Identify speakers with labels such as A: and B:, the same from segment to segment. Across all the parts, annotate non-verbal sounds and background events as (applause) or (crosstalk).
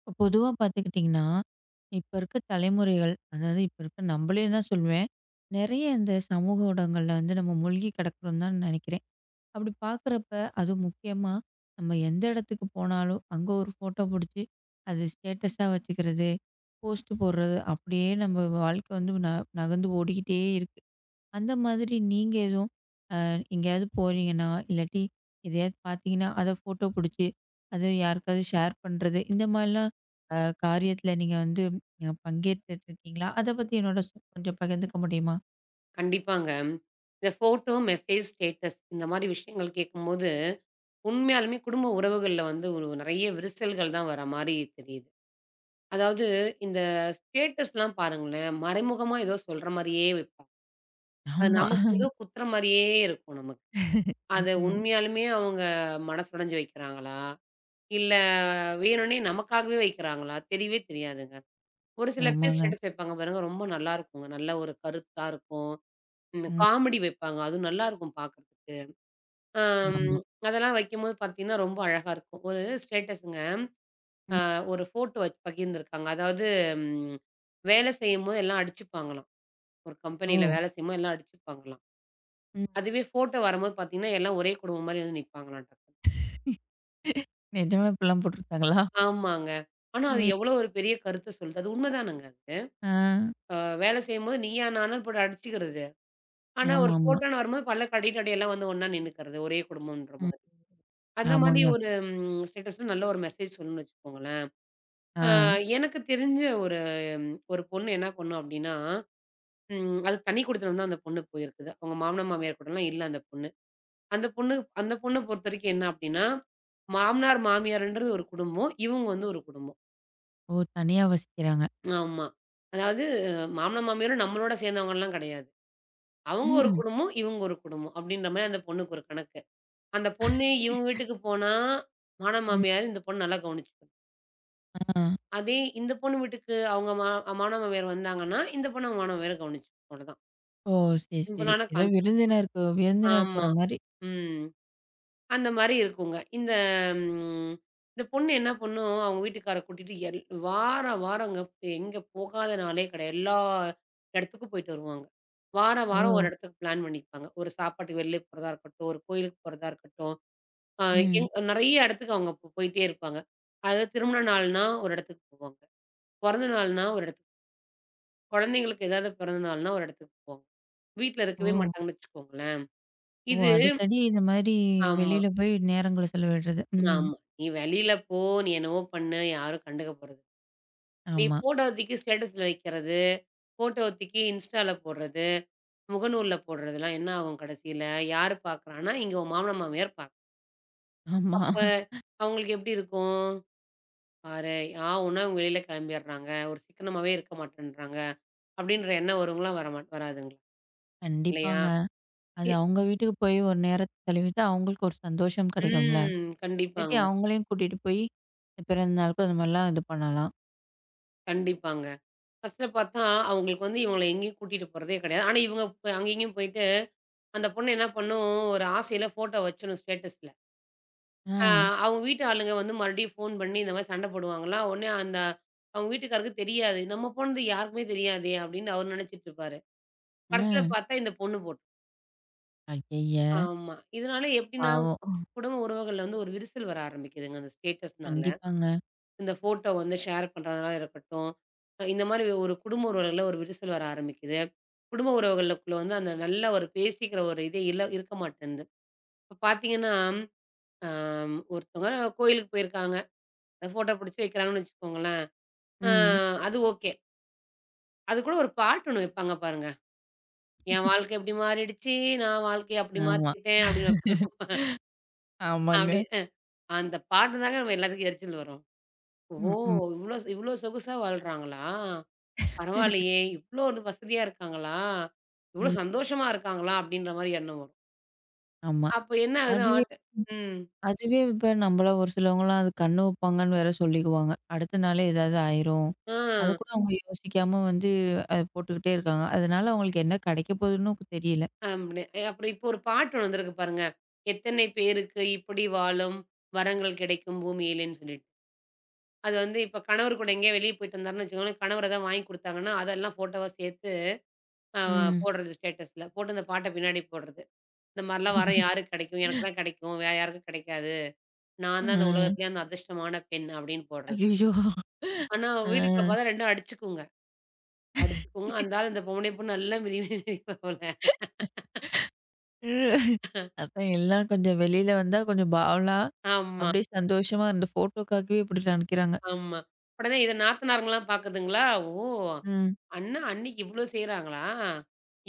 A: இப்ப பொதுவா பார்த்துக்கிட்டிங்கன்னா, இப்ப இருக்க தலைமுறைகள், அதாவது இப்ப இருக்க நம்பளே தான் சொல்வேன். நெறைய இந்த சமூக ஊடகங்கள்ல வந்து நம்ம மூழ்கி கிடக்குறோம்னு தான் நெனைக்கிறேன். அப்படி பார்க்குறப்ப, அதுவும் முக்கியமா நம்ம எந்த இடத்துக்கு போனாலும், அங்க ஒரு ஃபோட்டோ புடிச்சு, அது ஸ்டேட்டஸா வச்சுக்கிறது, போஸ்ட் போடுறது, அப்படியே நம்ம வாழ்க்கை வந்து நகர்ந்து ஓடிக்கிட்டே இருக்கு. அந்த மாதிரி நீங்க எதுவும் அ எங்கேயாவது போறீங்கன்னா, இல்லாட்டி எதையாவது பார்த்தீங்கன்னா, அத ஃபோட்டோ புடிச்சு, அது யாருக்காவது ஷேர் பண்றது, இந்த மாரிலாம் அ காரியத்துல நீங்க வந்து பங்கேத்துட்டுருக்கீங்களா? அத பத்தி என்னோட கொஞ்சம் பகிர்ந்துக்க முடியுமா?
B: கண்டிப்பாங்க. இந்த ஃபோட்டோ, மெசேஜ், ஸ்டேட்டஸ் இந்த மாரி விஷயங்கள் கேட்கும்போது, உண்மையாலுமே குடும்ப உறவுகள்ல வந்து ஒரு நெறைய விரிசல்கள் தான் வர மாரி தெரியுது. அதாவது இந்த ஸ்டேட்டஸ்லாம் பாருங்களேன், மறைமுகமா ஏதோ சொல்ற மாரியே வைப்பாங்க. அது
A: ஆமா.
B: நமக்கு ஏதோ குத்துற மாரியே இருக்கும் நமக்கு. அத
A: ம்ஹ்ம்.
B: உண்மையாலுமே அவங்க மனசுடைஞ்சு வைக்கிறாங்களா? இல்ல வேணும்னே நமக்காகவே வைக்கிறாங்களா? தெரியவே தெரியாதுங்க. ஒரு சில பேர்
A: ஆமாங்க.
B: ஸ்டேட்டஸ் வைப்பாங்க பாருங்க, ரொம்ப நல்லாருக்குங்க. நல்ல ஒரு கருத்தா இருக்கும்.
A: ம்.
B: காமெடி வைப்பாங்க. அதுவும் நல்லாருக்கும் பார்க்கறதுக்கு. அம்
A: ஆமா.
B: அதெல்லாம் வைக்கும்போது பார்த்தீங்கன்னா, ரொம்ப அழகா இருக்கும். ஒரு ஸ்டேட்டஸுங்க. அ
A: ம்.
B: ஒரு ஃபோட்டோ வச்சு பகிர்ந்திருக்காங்க. அதாவது ம் வேலை செய்யும்போது எல்லாம் அடிச்சுப்பாங்களாம். ஒரு கம்பெனியில
A: ஓ!
B: வேலை செய்யும்போது எல்லாம் அடிச்சுப்பாங்களாம்.
A: ம்.
B: அதுவே ஃபோட்டோ வரும்போது பார்த்தீங்கன்னா, எல்லாம் ஒரே குடும்பம் மாரி வந்து நிப்பாங்களாம் டக்குனு.
A: நிஜமா இப்படிலாம் போட்டுருக்காங்களா?
B: ஆமாங்க. ஆனா, அது
A: ம்.
B: எவ்வளோ ஒரு பெரிய கருத்த சொல்லுது. அது உண்மைதானங்க அது.
A: ஆ.
B: அ வேலை செய்யும்போது நீயா நானான்னு போட்டு அடிச்சுக்கிறது. ஆனா, ஒரு
A: ஆமாமா.
B: ஃபோட்டோன்னு வரும்போது பல்ல கடிட்டு அப்படியே எல்லாம் வந்து ஒண்ணா நின்னுக்கிறது. ஒரே குடும்பம்ன்ற
A: ம்.
B: மாரி. அந்த மாரி
A: ஆமாங்க.
B: ஒரு ஸ்டேட்டஸ்ல நல்ல ஒரு மெசேஜ் சொல்லணும்னு வச்சுக்கோங்களேன்.
A: ஆ.
B: அ எனக்கு தெரிஞ்ச ஒரு ஒரு பொண்ணு என்ன பண்ணும் அப்டின்னா, அது தனி குடித்தனம் தான் அந்த பொண்ணு போயிருக்குது. அவங்க மாமனார், மாமியார் கூடலாம் இல்ல அந்த பொண்ணு. அந்த பொண்ணு அந்த பொண்ண பொறுத்தவரைக்கும் என்ன அப்டின்னா, மாமனார், மாமியார்ன்றது ஒரு குடும்பம். இவங்க வந்து ஒரு குடும்பம்.
A: ஓ! தனியா வசிக்கிறாங்க.
B: ஆமா. அதாவது மாமனார், மாமியாரும் நம்மளோட சேர்ந்தவங்கலாம் கிடையாது. அவங்க ஒரு
A: ம்.
B: குடும்பம், இவங்க ஒரு குடும்பம் அப்டின்ற மாரி அந்த பொண்ணுக்கு ஒரு கணக்கு. அந்த பொண்ணு இவங்க வீட்டுக்கு போனா, மாமனார்,
A: ம்.
B: மாமியார் இந்த பொண்ணு நல்லா கவனிச்சு
A: ஆ.
B: அதே இந்த பொண்ணு வீட்டுக்கு அவங்க மாணவன் வந்தாங்கன்னா, இந்த பொண்ண மாணவன் கவனிச்சுக்கும். அவ்வளோதான். ம்.
A: ஓ! சரி, சரி.
B: சிம்பிளான
A: ஏதோ
B: கான்செப்ட்.
A: விருந்தினருக்கு விருந்தினர்
B: ஆமா.
A: போற மாரி.
B: ம். அந்த மாரி இருக்குங்க. ம் இந்த பொண்ணு என்ன பண்ணும், அவங்க வீட்டுக்கார கூட்டிட்டு எல் வார வாரங்க எங்க போகாத நாளே கிடையாது. எல்லா இடத்துக்கும் போயிட்டு வருவாங்க. வார வாரம் ஒரு
A: ஓ!
B: இடத்துக்கு பிளான் பண்ணிப்பாங்க. ஒரு சாப்பாட்டுக்கு வெளில போறதா இருக்கட்டும், ஒரு கோயிலுக்கு போறதா இருக்கட்டும். அ
A: ம்.
B: எங் நெறைய இடத்துக்கு அவங்க போயிட்டே இருப்பாங்க. அதாவது திருமண நாள்னா ஒரு இடத்துக்கு போவாங்க. பொறந்த நாள்னா ஒரு இடத்துக்கு குழந்தைங்களுக்கு ஏதாவது பிறந்த நாள்னா ஒரு இடத்துக்கு போவோம். வீட்ல இருக்கவே
A: ஓ!
B: மாட்டாங்கன்னு வச்சுக்கோங்களேன்.
A: ஓ!
B: இது
A: அடிக்கடி இந்த மாரி
B: ஆமா,
A: வெளியில போய் நேரங்கள செலவிடுறது. ம்.
B: ஆமா. நீ வெளியில போ, நீ என்னவோ பண்ணு, யாரும் கண்டுக்க போறது நீ
A: ஆமா,
B: ஃபோட்டோவ தூக்கி ஸ்டேட்டஸ்ல வைக்கிறது, ஃபோட்டோவ தூக்கி இன்ஸ்டால போடுறது, முகநூல்ல போடுறதெல்லாம் என்ன ஆகும் கடைசியில? யாரு பார்க்குறான்னா, இங்க உன் மாமனார், மாமியார்
A: ஆமா.
B: அப்ப அவங்களுக்கு எப்படி இருக்கும்? பாரேன், ஆ ஊன்னா இவங்க வெளியில கிளம்பிடுறாங்க. ஒரு சிக்கனமாவே இருக்க மாட்டேன்றாங்க. அப்படின்ற எண்ணம் வருங்களா? வரமாட் வராதுங்களா? இல்லையா?
A: கண்டிப்பாங்க. அது
B: இ
A: அவங்க வீட்டுக்கு போய் ஒரு நேரத்த செலவிட்டா அவங்களுக்கு ஒரு சந்தோஷம் கிடைக்கும்ல.
B: ம்.
A: சரி
B: கண்டிப்பாங்க,
A: அவங்களையும் கூட்டிட்டு போய் இந்த பிறந்த நாளுக்கும் அந்த மாரிலாம் இது பண்ணலாம்.
B: கண்டிப்பாங்க. ஃபர்ஸ்ட்ல பார்த்தா, அவங்களுக்கு வந்து இவங்கள எங்கேயும் கூட்டிட்டு போறதே கிடையாது. ஆனா, இவங்க அங்கேயும் இங்கேயும் போயிட்டு, அந்த பொண்ணு என்ன பண்ணும், ஒரு ஆசையில ஃபோட்டோ வச்சிடும் ஸ்டேட்டஸ்ல.
A: ஆ,
B: ஆ அவங்க வீட்டு ஆளுங்க வந்து மறுபடியும் ஃபோன் பண்ணி இந்த மாரி சண்டை போடுவாங்களாம். உடனே அவங்க வீட்டுக்காரருக்கு தெரியாது. நம்ம போனது யாருக்குமே தெரியாதே! அப்படின்னு அவரு நினைச்சிட்டு இருப்பாரு. கடைசியில
A: ம்.
B: பார்த்தா இந்த பொண்ணு போட்டு
A: ஐயய்ய!
B: ஆமா. இதனால எப்படின்னா,
A: பாவம்.
B: குடும்ப உறவுகள்ல வந்து ஒரு விரிசல் வர ஆரம்பிக்குதுங்க, அந்த ஸ்டேட்டஸ்னால.
A: கண்டிப்பாங்க.
B: இந்த ஃபோட்டோ வந்து ஷேர் பண்றதா இருக்கட்டும். இந்த மாரி ஒரு குடும்ப உறவுகள்ல ஒரு விரிசல் வர ஆரம்பிக்குது. குடும்ப உறவுகளுக்குள்ள வந்து அந்த நல்ல ஒரு பேசிக்கிற ஒரு இது இல்ல இருக்க மாட்டேன்து. இப்ப பார்த்தீங்கன்னா, அ ஒருத்தவங்க கோயிலுக்கு போயிருக்காங்க. ஃபோட்டோ புடிச்சு வைக்கிறாங்கன்னு வச்சுக்கோங்களேன். அ
A: ம்.
B: அது ஓகே. அதுக்கூட ஒரு பாட்டு ஒண்ணு வைப்பாங்க பாருங்க. "என் வாழ்க்கை இப்படி மாறிடுச்சு. நான் வாழ்க்கைய அப்படி
A: ஆமா.
B: மாத்திக்கிட்டேன்" அப்படின்னு
A: (laughs)
B: வைப்பாங்க. அப்படி
A: ஆமாங்க.
B: அந்த பாட்டு தாங்க நம்ம எல்லாத்துக்கும் எரிச்சல் வரும். ஓ!
A: ம், ம்,
B: இவ்ளோ இவ்ளோ சொகுசா வாழ்றாங்களா? பரவாயில்லையே! இவ்ளோ வந்து வசதியா இருக்காங்களா? இவ்ளோ
A: ம்.
B: சந்தோஷமா இருக்காங்களா? அப்படின்ற மாரி எண்ணம் வரும்.
A: ஆமா.
B: அப்ப என்ன ஆகுது
A: அதுவே
B: ஆட்ட ம்.
A: அதுவே இப்ப நம்மள ஒரு சிலவங்கலாம் அது கண்ணு வைப்பாங்கன்னு வேற சொல்லிக்குவாங்க. அடுத்த நாளே ஏதாவது ஆயிரும்.
B: ஆ
A: அதக்கூட அவங்க யோசிக்காம வந்து அத போட்டுக்கிட்டே இருக்காங்க. அதனால அவங்களுக்கு என்ன கிடைக்க போதுன்னு தெரியல.
B: அப்டி அப்புறம் இப்போ ஒரு பாட்டு ஒண்ணு வந்திருக்கு பாருங்க. எத்தனை பேருக்கு இப்படி வாழும் வரங்கள் கிடைக்கும் பூமியிலேன்னு சொல்லிட்டு. அது வந்து இப்ப கணவர் கூட எங்கேயோ வெளிய போயிட்டு வந்தாருன்னு வச்சுக்கோங்களேன், கணவர் ஏதாவது வாங்கி குடுத்தாங்கன்னா, அதெல்லாம் ஃபோட்டோவா சேர்த்து அ
A: ம்.
B: போடுறது ஸ்டேட்டஸ்ல. போட்டு இந்த பாட்ட பின்னாடி போடுறது. இந்த மாரிலாம் வரம் யாருக்கு கிடைக்கும்? எனக்கு தான் கிடைக்கும். வேற யாருக்கும் கிடைக்காது. நான்
A: அ.
B: தான் இந்த உலகத்திலேயே அந்த அதிர்ஷ்டமான பெண் அப்படின்னு போடுறது.
A: ஐயய்யோ!
B: ஆனா, வீட்டுக்குள்ள
A: அ.
B: பார்த்தா 2ம் அடிச்சுக்குங்க. அடிச்சுக்குங்க. அந்த ஆள் இந்த பொம்பளை பொண்ணு நல்லா மிதி மிதி போல.
A: அதான் எல்லாம் கொஞ்சம் வெளியில வந்தா கொஞ்சம் பாவலா,
B: ஆமா,
A: அப்படியே சந்தோஷமா இந்த ஃபோட்டோக்காகவே இப்படி நினைக்கிறாங்க.
B: ஆமா. உடனே இத நாத்தனாருங்கலாம் பார்க்குதுங்களா, ஓ!
A: ம்.
B: அண்ணா அண்ணிக்கு இவ்ளோ செய்றாங்களா?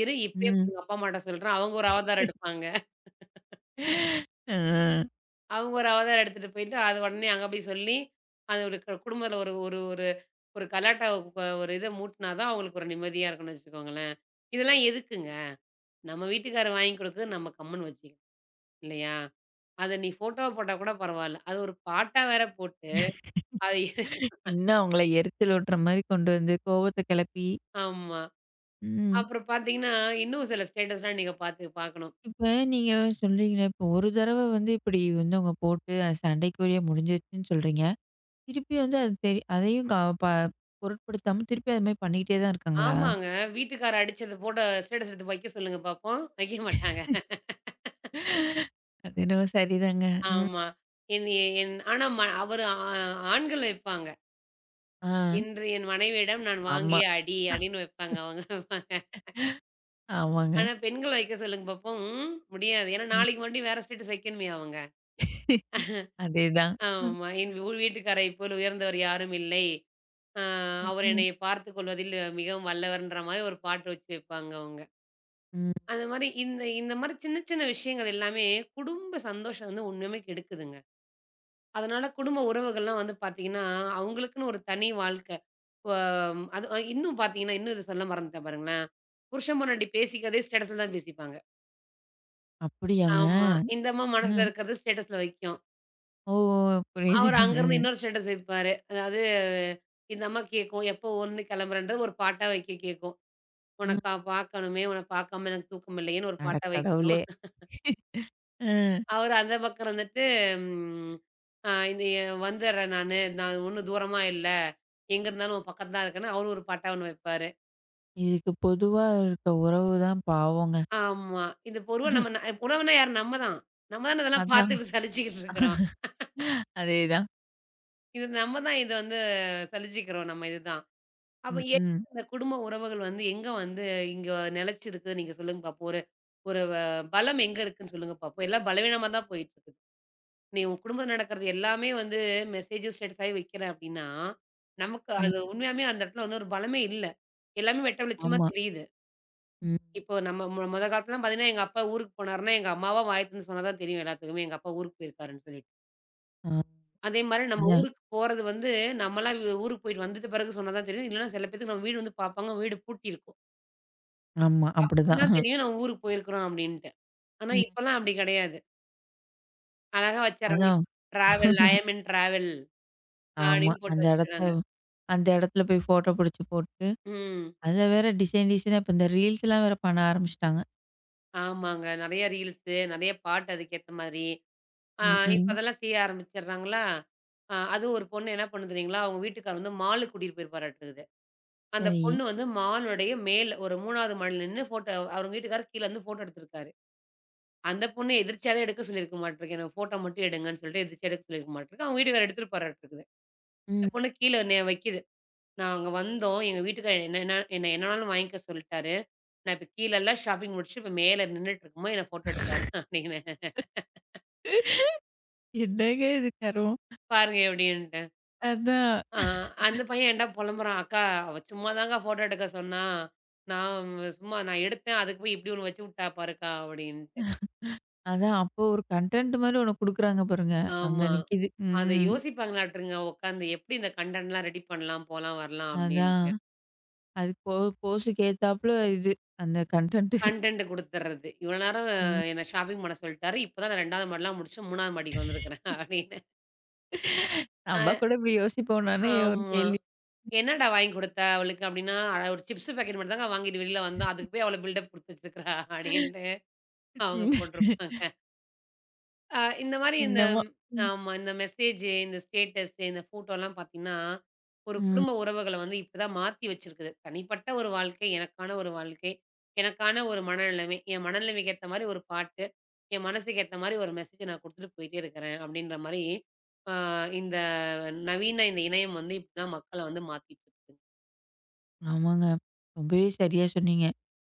B: இரு இப்பயே போய்
A: ம்.
B: எங்க அப்பா அம்மாட்ட சொல்றேன். அவங்க ஒரு அவதாரம் எடுப்பாங்க.
A: அ.
B: அவங்க ஒரு அவதாரம் எடுத்துட்டு போயிட்டு, அது உடனே அங்க போய் சொல்லி, அது ஒரு குடும்பத்தில ஒரு ஒரு ஒரு ஒரு கலாட்டா ஒரு இத மூட்டுனா தான் அவங்களுக்கு ஒரு நிம்மதியா இருக்கும்னு வச்சுக்கோங்களேன். இதெல்லாம் எதுக்குங்க? நம்ம வீட்டுக்காரர் வாங்கி குடுக்குறது நம்ம கம்முன்னு வச்சுக்கணும். இல்லையா? அத நீ ஃபோட்டோவா போட்டா கூட பரவால்ல. அது ஒரு பாட்டா வேற போட்டு, அது (laughs)
A: இன்னும் அவங்கள எரிச்சல் ஊட்டுற மாரி கொண்டு வந்து கோவத்த கிளப்பி.
B: ஆமா.
A: ம்.
B: அப்புறம் பார்த்தீங்கன்னா, இன்னும் சில ஸ்டேட்டஸ்லாம் நீங்க பார்த்து பார்க்கணும்.
A: இப்ப நீங்க சொல்றீங்களே, இப்போ ஒரு தடவ வந்து இப்படி வந்து அவங்க போட்டு அது சண்டைக்குரிய முடிஞ்சிருச்சுன்னு சொல்றீங்க. திருப்பி வந்து அது அதையும் க ப பொருட்படுத்தாம திருப்பி அது மாரி பண்ணிக்கிட்டே தான் இருக்காங்களா?
B: ஆமாங்க. வீட்டுக்காரர் அடிச்சது போட்டோ ஸ்டேட்டஸ் எடுத்து வைக்க சொல்லுங்க பார்ப்போம். வைக்க மாட்டாங்க.
A: அது என்னவோ சரிதாங்க. ம்.
B: ஆமா. என்னைய என் ஆனா ம அவரு ஆ ஆண்கள் வைப்பாங்க.
A: ஆ.
B: "இன்று என் மனைவியிடம் நான்
A: ஆமா.
B: வாங்கிய அடி" அடின்னு வைப்பாங்க அவங்க.
A: ஆமாங்க.
B: ஆனா பெண்கள வைக்க சொல்லுங்க பார்ப்போம். ம் முடியாது. ஏன்னா நாளைக்கு மறுபடியும் வேற ஸ்டேட்டஸ் வைக்கணுமே அவங்க.
A: (laughs) ம். அதேதான். ம்.
B: ஆமா. "என் வீட்டுக்காரை போல் உயர்ந்தவர் யாரும் இல்லை. அ
A: ம்.
B: அவர்
A: ம்.
B: என்னைய பார்த்துக் கொள்வதில் மிகவும் வல்லவர்ன்ற மாரி ஒரு பாட்டு வச்சு வைப்பாங்க அவங்க.
A: ம்.
B: அந்த மாரி இந்த இந்த மாரி சின்ன சின்ன விஷயங்கள் எல்லாமே குடும்ப சந்தோஷம் வந்து உண்மையுமே கெடுக்குதுங்க. அதனால குடும்ப உறவுகள்லாம் வந்து பார்த்தீங்கன்னா, அவங்களுக்குன்னு ஒரு தனி வாழ்க்கை. வ அது இன்னும் பார்த்தீங்கன்னா, இன்னும் இத சொல்ல மறந்துட்டேன் பாருங்களேன். புருஷன் பொண்டாட்டி பேசிக்கிறதே ஸ்டேட்டஸ்ல தான் பேசிப்பாங்க.
A: அப்படியாங்க?
B: ஆமா. இந்த அம்மா மனசுல
A: ம்.
B: இருக்கிறது ஸ்டேட்டஸ்ல வைக்கும்.
A: ஓ! புரியுது.
B: அவர் அங்கருந்து
A: ம்.
B: இன்னொரு ஸ்டேட்டஸ் வைப்பாரு. அதாவது இந்த அம்மா கேட்கும். எப்போ ஊர்லருந்து கிளம்புறன்றது ஒரு பாட்டா வைக்க கேட்கும். உனக்கா
A: ம்.
B: பார்க்கணுமே! உன்ன பார்க்காம எனக்கு தூக்கம் இல்லையேன்னு ஒரு
A: அட
B: பாட்ட வைக்கும்.
A: கடவுளே! அ.
B: அவரு அந்த பக்கம் இருந்துட்டு, ம் அ இந்த எ வந்துர்றேன் நானு. நான் ஒண்ணும் தூரமா இல்ல. எங்க இருந்தாலும் உன் பக்கத்து தான் இருக்கேன்னு அவரு ஒரு பாட்டா ஒண்ணு வைப்பாரு.
A: இதுக்கு பொதுவா இருக்க உறவு தான் பாவங்க.
B: ஆமா. இது பொ உறவ நம்ம ந
A: (laughs)
B: உறவுனா யாரு? நம்ம தான். நம்ம தான இதெல்லாம்
A: அதான்.
B: பார்த்துக்கிட்டு சலிச்சுக்கிட்டு இருக்கிறோம்.
A: அதேதான்.
B: இது நம்ம தான் இத வந்து சலிச்சுக்கிறோம். நம்ம இதுதான். அப்ப
A: ம்.
B: எங்க
A: ம்.
B: இந்த குடும்ப உறவுகள் வந்து எங்க வந்து இங்க நிலைச்சிருக்கு? நீங்க சொல்லுங்க பார்ப்போம். ஒரு ஒரு வ பலம் எங்க இருக்குன்னு சொல்லுங்க பார்ப்போம். எல்லாம் பலவீனமா தான் போயிட்டுருக்கு. நீ உன் குடும்பத்தில நடக்கிறது எல்லாமே வந்து மெசேஜும், ஸ்டேட்டஸாவே வைக்கிற அப்படின்னா, நமக்கு
A: ம்.
B: அது உண்மையாலுமே அந்த இடத்துல வந்து ஒரு பலமே இல்ல. எல்லாமே வெட்ட வெளிச்சமா
A: ஆமா.
B: தெரியுது.
A: ம்.
B: இப்போ நம்ம மொத காலத்துலலாம் பார்த்தீங்கன்னா, எங்க அப்பா ஊருக்கு போனாருன்னா, எங்க அம்மாவா வாய திறந்து சொன்னா தான் தெரியும் எல்லாத்துக்குமே. எங்க அப்பா ஊருக்கு போயிருக்காருன்னு சொல்லிட்டு.
A: ஆ,
B: அதே மாரி நம்ம
A: அதான்.
B: ஊருக்கு போறது வந்து, நம்மலாம் ஊருக்கு போயிட்டு வந்துட்ட பிறகு சொன்னா தான் தெரியும். இல்லன்னா சில பேத்துக்கு நம்ம வீடு வந்து பார்ப்பாங்க, வீடு பூட்டியிருக்கும்.
A: ஆமா.
B: அப்ப
A: அப்படிதான்.
B: தான் தெரியும் நம்ம ஊருக்கு போயிருக்கிறோம் அப்படின்ட்டு. ஆனா
A: ம்.
B: இப்பலாம் அப்படி கிடையாது. அழகா வச்சுர்றாங்க.
A: அதான்.
B: Travel, I am in travel
A: ஆமா.
B: அப்படின்னு போட்டு வச்சுர்றாங்க.
A: அந்த இடத்துல போய் ஃபோட்டோ புடிச்சு போட்டு,
B: ம்.
A: அதில வேற டிசைன் டிசைனா இப்ப இந்த ரீல்ஸ்லாம் வேற பண்ண ஆரம்பிச்சுட்டாங்க.
B: ஆமாங்க. நெறைய ரீல்ஸு, நெறைய பாட்டு அதுக்கேத்த மாதிரி. ஆ
A: ம்,
B: இப்ப
A: ம்.
B: அதெல்லாம் செய்ய ஆரம்பிச்சர்றாங்களா? அதுவும் ஒரு பொண்ணு என்ன பண்ணும் தெரியுங்களா? அவங்க வீட்டுக்காரர் வந்து மாலுக்கு கூட்டிட்டு போயிருப்பாராட்டுருக்குது. அந்த
A: சரி.
B: பொண்ணு வந்து மாலுடைய மேல் ஒரு 3வது மாடில நின்னு ஃபோட்டோ அவங்க வீட்டுக்காரர் கீழ இருந்து ஃபோட்டோ எடுத்திருக்காரு. அந்த பொண்ணு எதிர்ச்சியா தான் எடுக்க சொல்லியிருக்க மாட்டிருக்கு. எனக்கு ஃபோட்டோ மட்டும் எடுங்கன்னு சொல்லிட்டு எதிர்ச்சியா எடுக்க சொல்லியிருக்க மாட்டிருக்கு. அவங்க வீட்டுக்காரர் எடுத்திருப்பாராட்டுருக்குது. இந்த
A: ம்.
B: பொண்ணு கீழ என்னைய வைக்கிது. நாங்க வந்தோம். எங்க வீட்டுக்காரர் என்னன்னா என்ன என்ன என்னனாலும் வாங்கிக்க சொல்ட்டாரு. நான் இப்ப கீழலாம் ஷாப்பிங் முடிச்சுட்டு இப்ப மேல நின்னுட்டு இருக்கும்போது என்ன ஃபோட்டோ எடுத்தாரு (laughs) அப்படின்னு.
A: என்னங்க இது கருமம்.
B: பாருங்க எப்படின்ட்டேன்.
A: அதான்.
B: அ அந்த பையன் என்ட்ட புலம்புறான், "அக்கா அவ சும்மாதாங்க ஃபோட்டோ எடுக்க சொன்னா. நான் சும்மா நான் எடுத்தேன். அதுக்கு போய் இப்படி ஒண்ணு வச்சு விட்டா பாருக்கா" அப்படின்ட்டு.
A: அதான். அப்போ ஒரு கன்டென்ட் மாரி ஒண்ணு குடுக்குறாங்க பாருங்க.
B: ஆமா.
A: அங்க நிக்கிது.
B: அத
A: ம்.
B: யோசிப்பாங்களாட்டுங்க உட்காந்து. எப்படி இந்த கன்டென்ட்லாம் ரெடி பண்ணலாம், போலாம், வரலாம்
A: அதான்.
B: அப்படின்ட்டு.
A: அது போஸுக்கு ஏத்தாப்புல இது. அந்த கன்டென்ட்டு.
B: கன்டென்ட் குடுத்துறது. இவ்வளோ நேரம்
A: ம்.
B: என்ன ஷாப்பிங் பண்ண சொல்ட்டாரு. இப்பதான் நான் 2வது மாடிலாம் முடிச்சு 3வது மாடிக்கு வந்திருக்கிறேன் (laughs) அப்படின்னு.
A: நம்ம
B: அ
A: கூட இப்படி யோசிப்போம்னானே ஒரு
B: ஆமா.
A: கேள்வி.
B: "என்னடா வாங்கி குடுத்த அவளுக்கு?" அப்படின்னா, "அட ஒரு சிப்ஸ் பாக்கெட் மட்டும் தாங்க வாங்கிட்டு வெளியில வந்தோம். அதுக்கு போய் அவ்வளோ பில்டப் குடுத்து வச்சிருக்கிறா" அப்படின்ட்டு அவங்க
A: ம்.
B: போட்டிருப்பாங்க. இந்த மாரி இந்த
A: என்னமோ. ம்.
B: ஆமா. இந்த மெசேஜு, இந்த ஸ்டேட்டஸு, இந்த ஃபோட்டோலாம் பார்த்தீங்கன்னா, ஒரு
A: ம்.
B: குடும்ப உறவுகள வந்து இப்படிதான் மாத்தி வச்சிருக்குது. தனிப்பட்ட ஒரு வாழ்க்கை, எனக்கான ஒரு வாழ்க்கை, எனக்கான ஒரு மனநிலைமை. என் மனநிலைமைக்கு ஏத்த மாரி ஒரு பாட்டு, என் மனசுக்கு ஏத்த மாரி ஒரு மெசேஜ நான் குடுத்துட்டு போயிட்டே இருக்கிறேன். அப்படின்ற மாரி, அ இந்த நவீன இந்த இணையம் வந்து இப்படிதான் மக்கள வந்து மாத்திட்டு இருக்குங்க.
A: ஆமாங்க. ரொம்பவே சரியா சொன்னீங்க.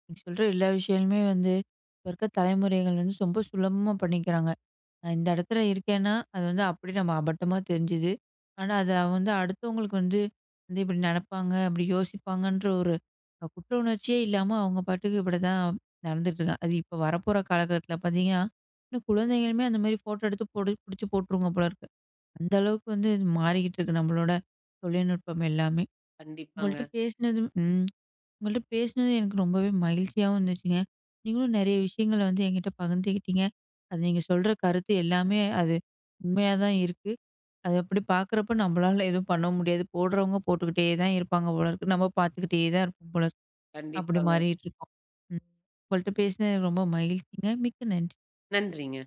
A: நீங்க சொல்ற எல்லா விஷயமுமே வந்து, இப்ப இருக்க தலைமுறைகள் வந்து ரொம்ப சுலபமா பண்ணிக்கிறாங்க. நான் இந்த இடத்துல இருக்கேன்னா, அது வந்து அப்படி நம்ம அபட்டமா தெரிஞ்சுது. ஆனா, அத வந்து அடுத்தவங்களுக்கு வந்து, இப்படி நடப்பாங்க, அப்படி யோசிப்பாங்கன்ற ஒரு குற்ற உணர்ச்சியே இல்லாம அவங்க பாட்டுக்கு இப்படிதான் நடந்துட்டு இருக்காங்க. அது இப்ப வரப்போற காலகட்டத்தில பார்த்தீங்கன்னா, இன்னும் குழந்தைங்களுமே அந்த மாரி ஃபோட்டோ எடுத்து புடிச்சு போட்டுருங்க போல இருக்கு. அந்த அளவுக்கு வந்து இது மாறிக்கிட்டு இருக்கு நம்மளோட தொழில்நுட்பம் எல்லாமே.
B: கண்டிப்பாங்க,
A: உங்கள்ட்ட பேசினது ம். உங்கள்ட்ட பேசினது எனக்கு ரொம்பவே மகிழ்ச்சியாகவும் இருந்துச்சுங்க. நீங்களும் நெறைய விஷயங்கள வந்து என்கிட்ட பகிர்ந்துக்கிட்டீங்க. அது நீங்க சொல்ற கருத்து எல்லாமே அது உண்மையா தான் இருக்கு. அது அப்படி பார்க்குறப்ப நம்மளால எதுவும் பண்ண முடியாது. போடுறவங்க போட்டுக்கிட்டே தான் இருப்பாங்க போல இருக்கு. நம்ம பார்த்துக்கிட்டே தான் இருப்போம் போல இருக்கு. அப்படி
B: கண்டிப்பாங்க.
A: மாறிட்டு இருக்கோம். ம். உங்கள்ட்ட பேசினது ரொம்ப மகிழ்ச்சிங்க. மிக்க நன்றி.
B: நன்றிங்க.